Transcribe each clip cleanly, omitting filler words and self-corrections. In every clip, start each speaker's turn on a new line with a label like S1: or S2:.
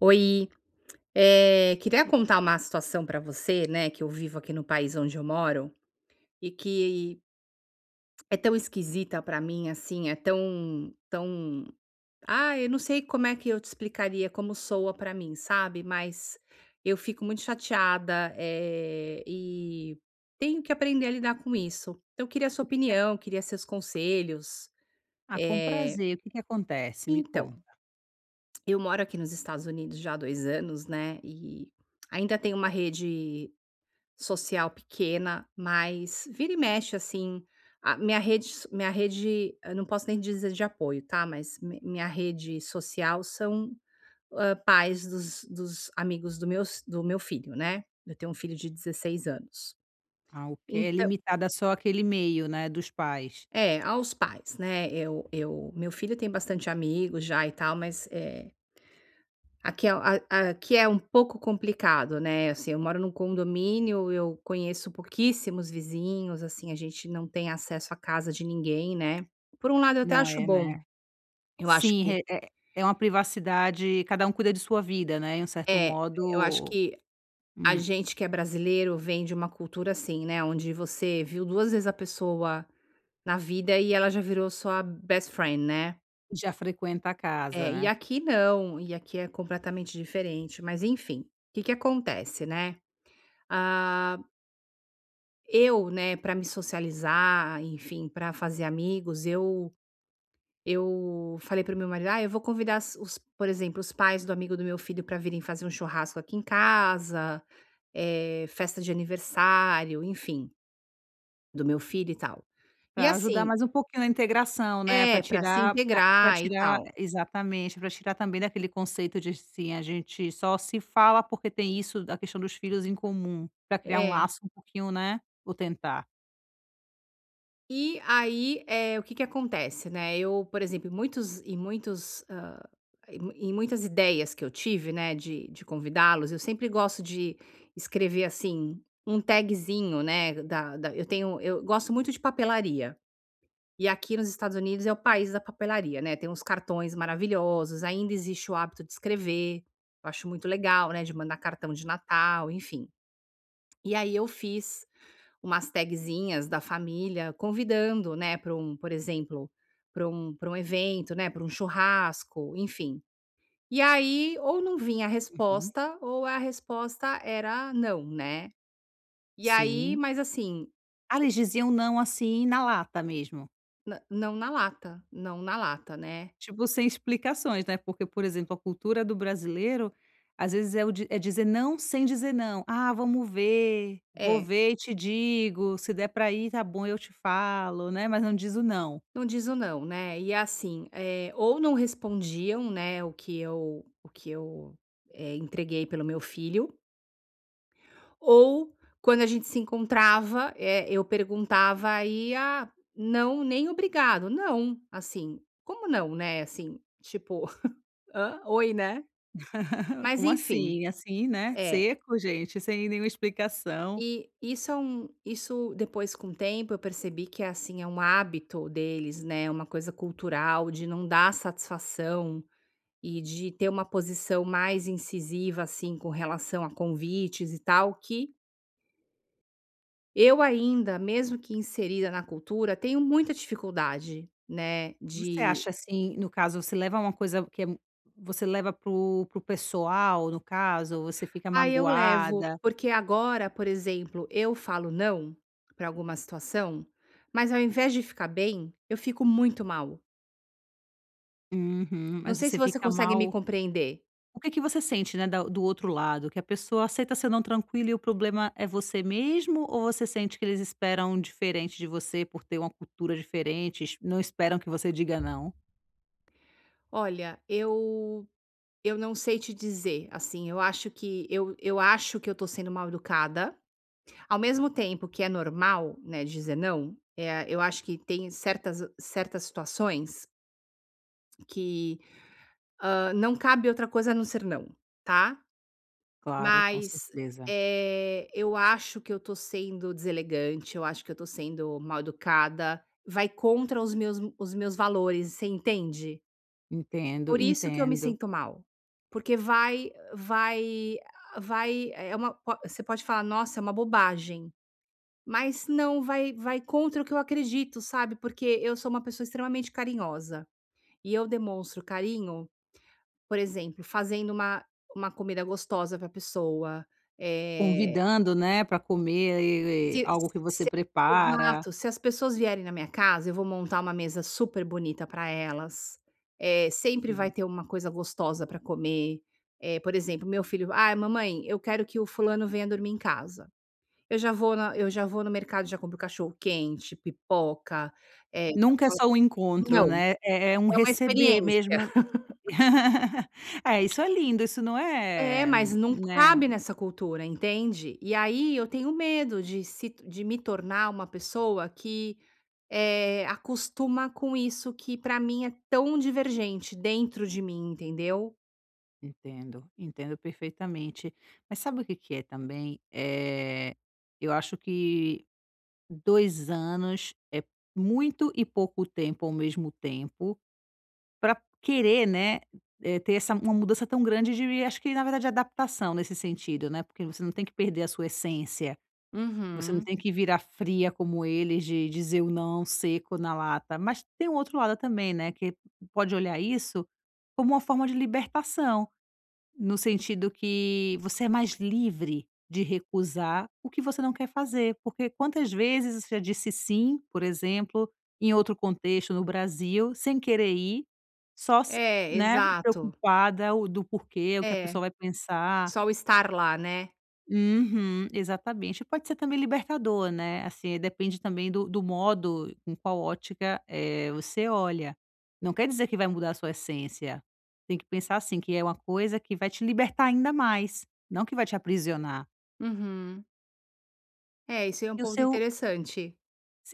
S1: Oi, queria contar uma situação para você, né, que eu vivo aqui no país onde eu moro e que é tão esquisita para mim, assim, é tão, tão, ah, eu não sei como é que eu te explicaria como soa para mim, sabe? Mas eu fico muito chateada, e tenho que aprender a lidar com isso. Então, eu queria sua
S2: O que que a
S1: opinião, queria seus conselhos.
S2: com
S1: Eh,
S2: prazer. O que que acontece? Me
S1: então,
S2: conta.
S1: eu moro aqui nos Estados Unidos já há 2 anos, né, e ainda tem uma rede social pequena, mas vira e mexe, assim, a minha rede eu não posso nem dizer de apoio, tá, mas mi minha rede social são, pais dos amigos do meu filho, né. Eu tenho um filho de 16 anos.
S2: Ah, ok. É
S1: Então
S2: limitada só aquele meio, né, dos pais.
S1: é, aos pais, né, eu meu filho tem bastante amigos já e tal, mas, é, aqui é aqui é um pouco complicado, né, assim, eu moro num condomínio, eu conheço pouquíssimos vizinhos, assim, a gente não tem acesso à casa de ninguém, né. Por um lado eu até
S2: Não
S1: acho
S2: é,
S1: bom,
S2: né.
S1: eu acho
S2: Sim,
S1: que
S2: re é é uma privacidade, cada um cuida de sua vida, né, em um certo
S1: é, eu acho
S2: modo.
S1: que a
S2: Hum.
S1: gente que é brasileiro vem de uma cultura assim, né, onde você viu 2 vezes a pessoa na vida e ela já virou sua best friend, né.
S2: Já frequenta a casa,
S1: É, e
S2: né.
S1: aqui não, e aqui é completamente diferente, mas enfim, o que que acontece, né. Ah Eu, né, para me socializar, enfim, para fazer amigos, eu falei para o meu marido: "Ah, eu vou convidar as os por exemplo, os pais do amigo do meu filho para virem fazer um churrasco aqui em casa, festa de aniversário, enfim, do meu filho e tal." E
S2: Para ajudar
S1: assim
S2: mais um pouquinho na integração, né,
S1: é, para se
S2: para
S1: integrar e
S2: tirar,
S1: tal.
S2: exatamente, para tirar também daquele conceito de, assim, a gente só se fala porque tem isso da questão dos filhos em comum, para criar um
S1: É.
S2: laço um pouquinho, né, ou tentar.
S1: E aí, é o que que acontece, né, eu, por exemplo, em muitos, hã, em mu- em muitas ideias que eu tive, né, de convidá-los, eu sempre gosto de escrever, assim, um tagzinho, né, da da eu tenho eu gosto muito de papelaria, e aqui nos Estados Unidos é o país da papelaria, né, tem uns cartões maravilhosos, ainda existe o hábito de escrever, eu acho muito legal, né, de mandar cartão de Natal, enfim. E aí eu fiz umas tagzinhas da família convidando, né, para um, por exemplo, para um evento, né, para um churrasco, enfim. E aí, ou não vinha a
S2: Uhum.
S1: resposta, ou a resposta era "não", né. E aí,
S2: Sim.
S1: mas assim,
S2: Ah, eles diziam não, assim, na lata mesmo?
S1: nã não na lata, não na lata, né.
S2: Tipo, sem explicações, né, porque, por exemplo, a cultura do brasileiro, às vezes, é o di é dizer não sem dizer não. "Ah, vamos ver, vou
S1: É,
S2: ver e te digo, se der pra ir, tá bom, eu te falo", né, mas não diz o não.
S1: não diz o não, né. E assim, ou não respondiam, né, o que eu entreguei pelo meu filho, ou quando a gente se encontrava, eu perguntava aí: "Ah, não, nem obrigado." "Não", assim, como não, né, assim, tipo: "Hã? Oi, né." Mas
S2: Como
S1: enfim,
S2: assim? Assim, né,
S1: é.
S2: seco, gente, sem nenhuma explicação.
S1: E isso depois com o tempo eu percebi que é assim, é um hábito deles, né, uma coisa cultural de não dar satisfação e de ter uma posição mais incisiva, assim, com relação a convites e tal, que eu ainda, mesmo que inserida na cultura, tenho muita dificuldade, né,
S2: Você
S1: de:
S2: acha, assim, no caso, você leva uma coisa que é mu você leva pro pessoal, no caso, ou você fica
S1: "Ah, eu levo",
S2: magoada?
S1: porque agora, por exemplo, eu falo não para alguma situação, mas ao invés de ficar bem, eu fico muito mal.
S2: Uhum.
S1: Não
S2: Mas
S1: sei se
S2: você
S1: você
S2: fica
S1: consegue me
S2: mal.
S1: compreender.
S2: O que que você sente, né, da do outro lado? Que a pessoa aceita seu não tranquilo e o problema é você mesmo, ou você sente que eles esperam diferente de você por ter uma cultura diferente, es não esperam que você diga não?
S1: "Olha, eu não sei te dizer", assim, eu acho que eu tô sendo mal educada, ao mesmo tempo que é normal, né, dizer não. É, eu acho que tem certas situações que, não cabe outra coisa a não ser não, tá.
S2: Claro, com
S1: Mas,
S2: certeza.
S1: eu acho que eu tô sendo deselegante, eu acho que eu tô sendo mal educada, vai contra os meus valores, você entende?
S2: Entendo,
S1: Por isso que eu me
S2: entendo.
S1: sinto mal, porque vai vai vai é uma po você pode falar: "Nossa, é uma bobagem", mas não, vai contra o que eu acredito, sabe, porque eu sou uma pessoa extremamente carinhosa, e eu demonstro carinho, por exemplo, fazendo uma comida gostosa para a pessoa, eh,
S2: Convidando, né, para comer, e
S1: se se
S2: algo que você
S1: se-
S2: prepara.
S1: exato, se as pessoas vierem na minha casa, eu vou montar uma mesa super bonita para elas, sempre vai
S2: Sim.
S1: ter uma coisa gostosa para comer. Por exemplo, meu filho: "Ah, mamãe, eu quero que o fulano venha dormir em casa." Eu já vou no mercado, já compro cachorro quente, pipoca, eh
S2: Nunca é só um encontro,
S1: não,
S2: né, é é um
S1: é uma
S2: receber
S1: experiência.
S2: mesmo. É, isso é lindo, isso não
S1: É,
S2: é,
S1: mas não
S2: né.
S1: cabe nessa cultura, entende? E aí eu tenho medo de se de me tornar uma pessoa que é, acostuma com isso que pra mim é tão divergente dentro de mim, entendeu?
S2: Entendo, entendo perfeitamente. Mas sabe o que que é também? É, eu acho que 2 anos é muito e pouco tempo ao mesmo tempo para querer, né, ter essa uma mudança tão grande de, acho que, na verdade, adaptação nesse sentido, né, porque você não tem que perder a sua essência, você não
S1: Uhum.
S2: tem que virar fria como eles de dizer o não seco na lata, mas tem um outro lado também, né, que pode olhar isso como uma forma de libertação. No sentido que você é mais livre de recusar o que você não quer fazer, porque quantas vezes você já disse sim, por exemplo, em outro contexto no Brasil, sem querer ir, só se,
S1: É,
S2: né,
S1: exato.
S2: preocupada o do porquê, o que a
S1: É,
S2: pessoa vai pensar.
S1: só o estar lá, né?
S2: Uhum, exatamente. Pode ser também libertador, né, assim, depende também do do modo, com qual ótica, você olha. Não quer dizer que vai mudar a sua essência. Tem que pensar assim, que é uma coisa que vai te libertar ainda mais, não que vai te aprisionar.
S1: Uhum. É, isso aí é um
S2: E
S1: ponto interessante.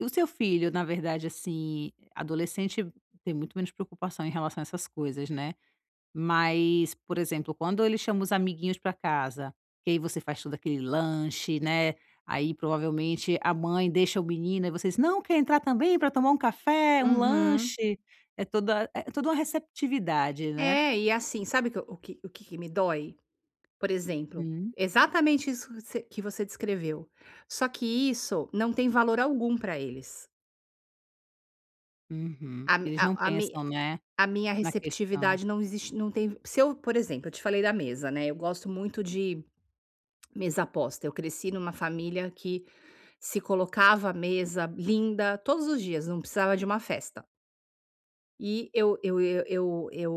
S2: o seu filho, na verdade, assim, adolescente, tem muito menos preocupação em relação a essas coisas, né. Mas, por exemplo, quando ele chama os amiguinhos para casa, que aí você faz todo aquele lanche, né, aí provavelmente a mãe deixa o menino e vocês: "Não, quer entrar também para tomar um café, um
S1: Uhum.
S2: lanche?" É toda uma receptividade, né.
S1: É, e assim, sabe o que que me dói? Por exemplo,
S2: Hum.
S1: exatamente isso que você descreveu. Só que isso não tem valor algum para eles.
S2: Uhum.
S1: A mi
S2: Eles não
S1: a a mi
S2: pensam, né,
S1: a minha
S2: na questão.
S1: receptividade não existe, não tem. Se eu, por exemplo, eu te falei da mesa, né, eu gosto muito de mesa posta. Eu cresci numa família que se colocava a mesa linda todos os dias, não precisava de uma festa. E eu eu eu eu eu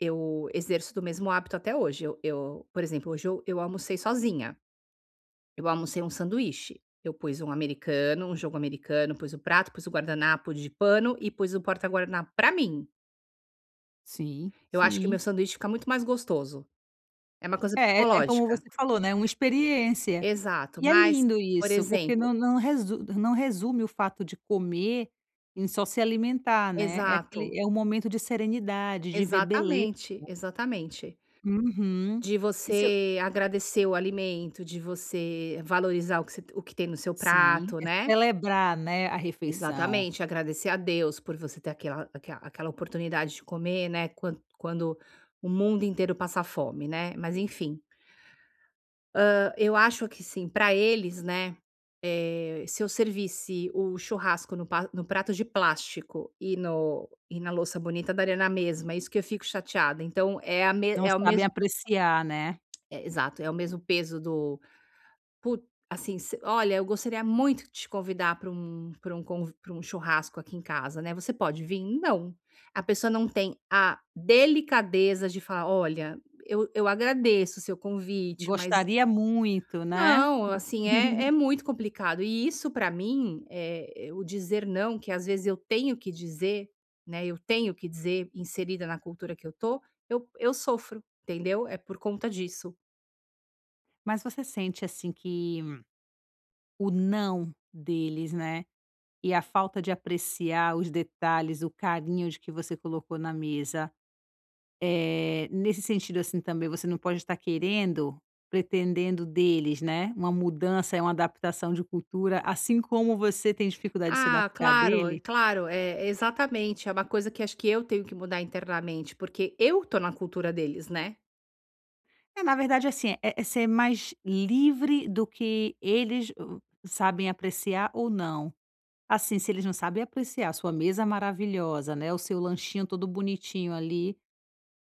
S1: eu exerço do mesmo hábito até hoje. Eu, por exemplo, hoje eu almocei sozinha. Eu almocei um sanduíche. Eu pus um americano, um jogo americano, pus o prato, pus o guardanapo de pano e pus o porta-guardanapo pra mim.
S2: Sim,
S1: Eu acho que meu
S2: sim.
S1: sanduíche fica muito mais gostoso. É uma coisa
S2: É, é como
S1: psicológica.
S2: você falou, né, uma experiência.
S1: Exato,
S2: E é
S1: mas,
S2: lindo
S1: por
S2: isso, porque
S1: exemplo
S2: não resu não resume o fato de comer em só se alimentar, né, é
S1: exato,
S2: aquele é um momento de serenidade, de ver beleza.
S1: exatamente, exatamente.
S2: Uhum.
S1: De
S2: E se eu
S1: você agradecer o alimento, de você valorizar o que tem no seu
S2: sim,
S1: prato,
S2: é
S1: né.
S2: celebrar, né, a refeição.
S1: Exatamente, agradecer a Deus por você ter aquela oportunidade de comer, né, quando o mundo inteiro passa fome, né, mas enfim. Eu acho que sim. Para eles, né, se eu servisse o churrasco no prato de plástico e no e na louça bonita daria na mesma. É isso que eu fico chateada, então é a me
S2: Não
S1: é o
S2: sabem
S1: mesmo,
S2: apreciar, né.
S1: é, exato, é o mesmo peso do... Put assim, se olha, eu gostaria muito de te convidar para um churrasco aqui em casa, né, você pode vir? Não. A pessoa não tem a delicadeza de falar: "Olha, eu agradeço o seu convite, mas"
S2: Gostaria muito, né.
S1: não, assim, é muito complicado. E isso para mim, é o dizer não, que às vezes eu tenho que dizer, né, eu tenho que dizer, inserida na cultura que eu tô, eu sofro, entendeu? É por conta disso.
S2: Mas você sente, assim, que o "não" deles, né, e a falta de apreciar os detalhes, o carinho de que você colocou na mesa, nesse sentido, assim, também, você não pode estar querendo, pretendendo deles, né, uma mudança, é uma adaptação de cultura, assim como você tem dificuldade de se
S1: Ah,
S2: adaptar
S1: claro, é
S2: dele.
S1: claro, é exatamente. É uma coisa que acho que eu tenho que mudar internamente, porque eu tô na cultura deles, né.
S2: É, na verdade, assim, é é ser mais livre do que eles o sabem apreciar ou não. Assim, se eles não sabem apreciar a sua mesa maravilhosa, né, o seu lanchinho todo bonitinho ali,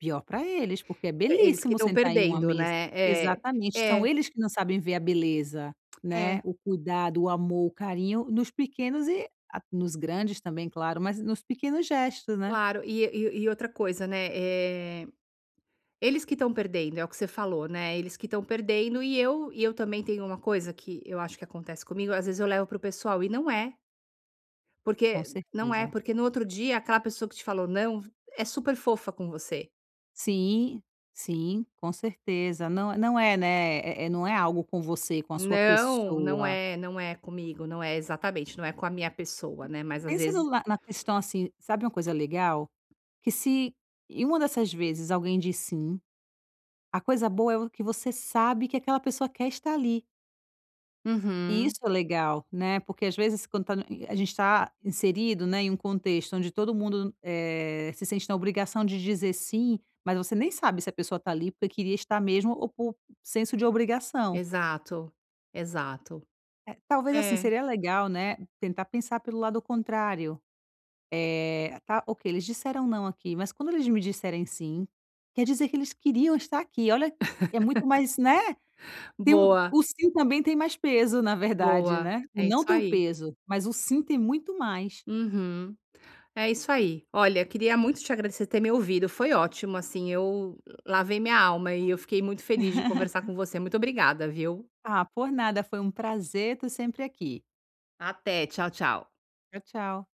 S2: pior para eles, porque é
S1: É eles que
S2: belíssimo
S1: estão
S2: sentar em uma
S1: perdendo, né.
S2: mesa.
S1: É,
S2: Exatamente, são
S1: é,
S2: eles que não sabem ver a beleza, né,
S1: é,
S2: o cuidado, o amor, o carinho nos pequenos e a nos grandes também, claro, mas nos pequenos gestos, né.
S1: claro. E outra coisa, né, eles que estão perdendo, é o que você falou, né, eles que estão perdendo e eu também tenho uma coisa que eu acho que acontece comigo, às vezes eu levo para o pessoal e não é,
S2: Com
S1: porque não é,
S2: certeza.
S1: porque no outro dia aquela pessoa que te falou não, é super fofa com você.
S2: Sim, sim, com certeza. Não não é, né, é é não é algo com você, com a sua
S1: Não, não
S2: pessoa.
S1: é, não é comigo, não é exatamente, não é com a minha pessoa, né, mas às
S2: Pensa no
S1: vezes...
S2: la na questão, assim, sabe uma coisa legal? Que se em uma dessas vezes alguém diz "sim", a coisa boa é o que você sabe que aquela pessoa quer estar ali. E
S1: Uhum.
S2: isso é legal, né, porque às vezes quando tá no a gente está inserido, né, em um contexto onde todo mundo, se sente na obrigação de dizer sim, mas você nem sabe se a pessoa está ali porque queria estar mesmo ou por senso de obrigação.
S1: Exato, exato.
S2: Talvez, assim,
S1: É.
S2: seria legal, né, tentar pensar pelo lado contrário. Tá, ok, eles disseram não aqui, mas quando eles me disserem sim, quer dizer que eles queriam estar aqui. Olha, é muito mais, né? Tem um
S1: Boa,
S2: o sim também tem mais peso, na verdade,
S1: boa.
S2: né. O
S1: É isso
S2: não tem o
S1: aí.
S2: peso, mas o sim tem muito mais.
S1: Uhum. É isso aí. Olha, eu queria muito te agradecer por ter me ouvido, foi ótimo, assim, eu lavei minha alma e eu fiquei muito feliz de conversar com você. Muito obrigada, viu.
S2: Ah, por nada, foi um prazer, tô sempre aqui.
S1: Até, tchau, tchau.
S2: Tchau, tchau.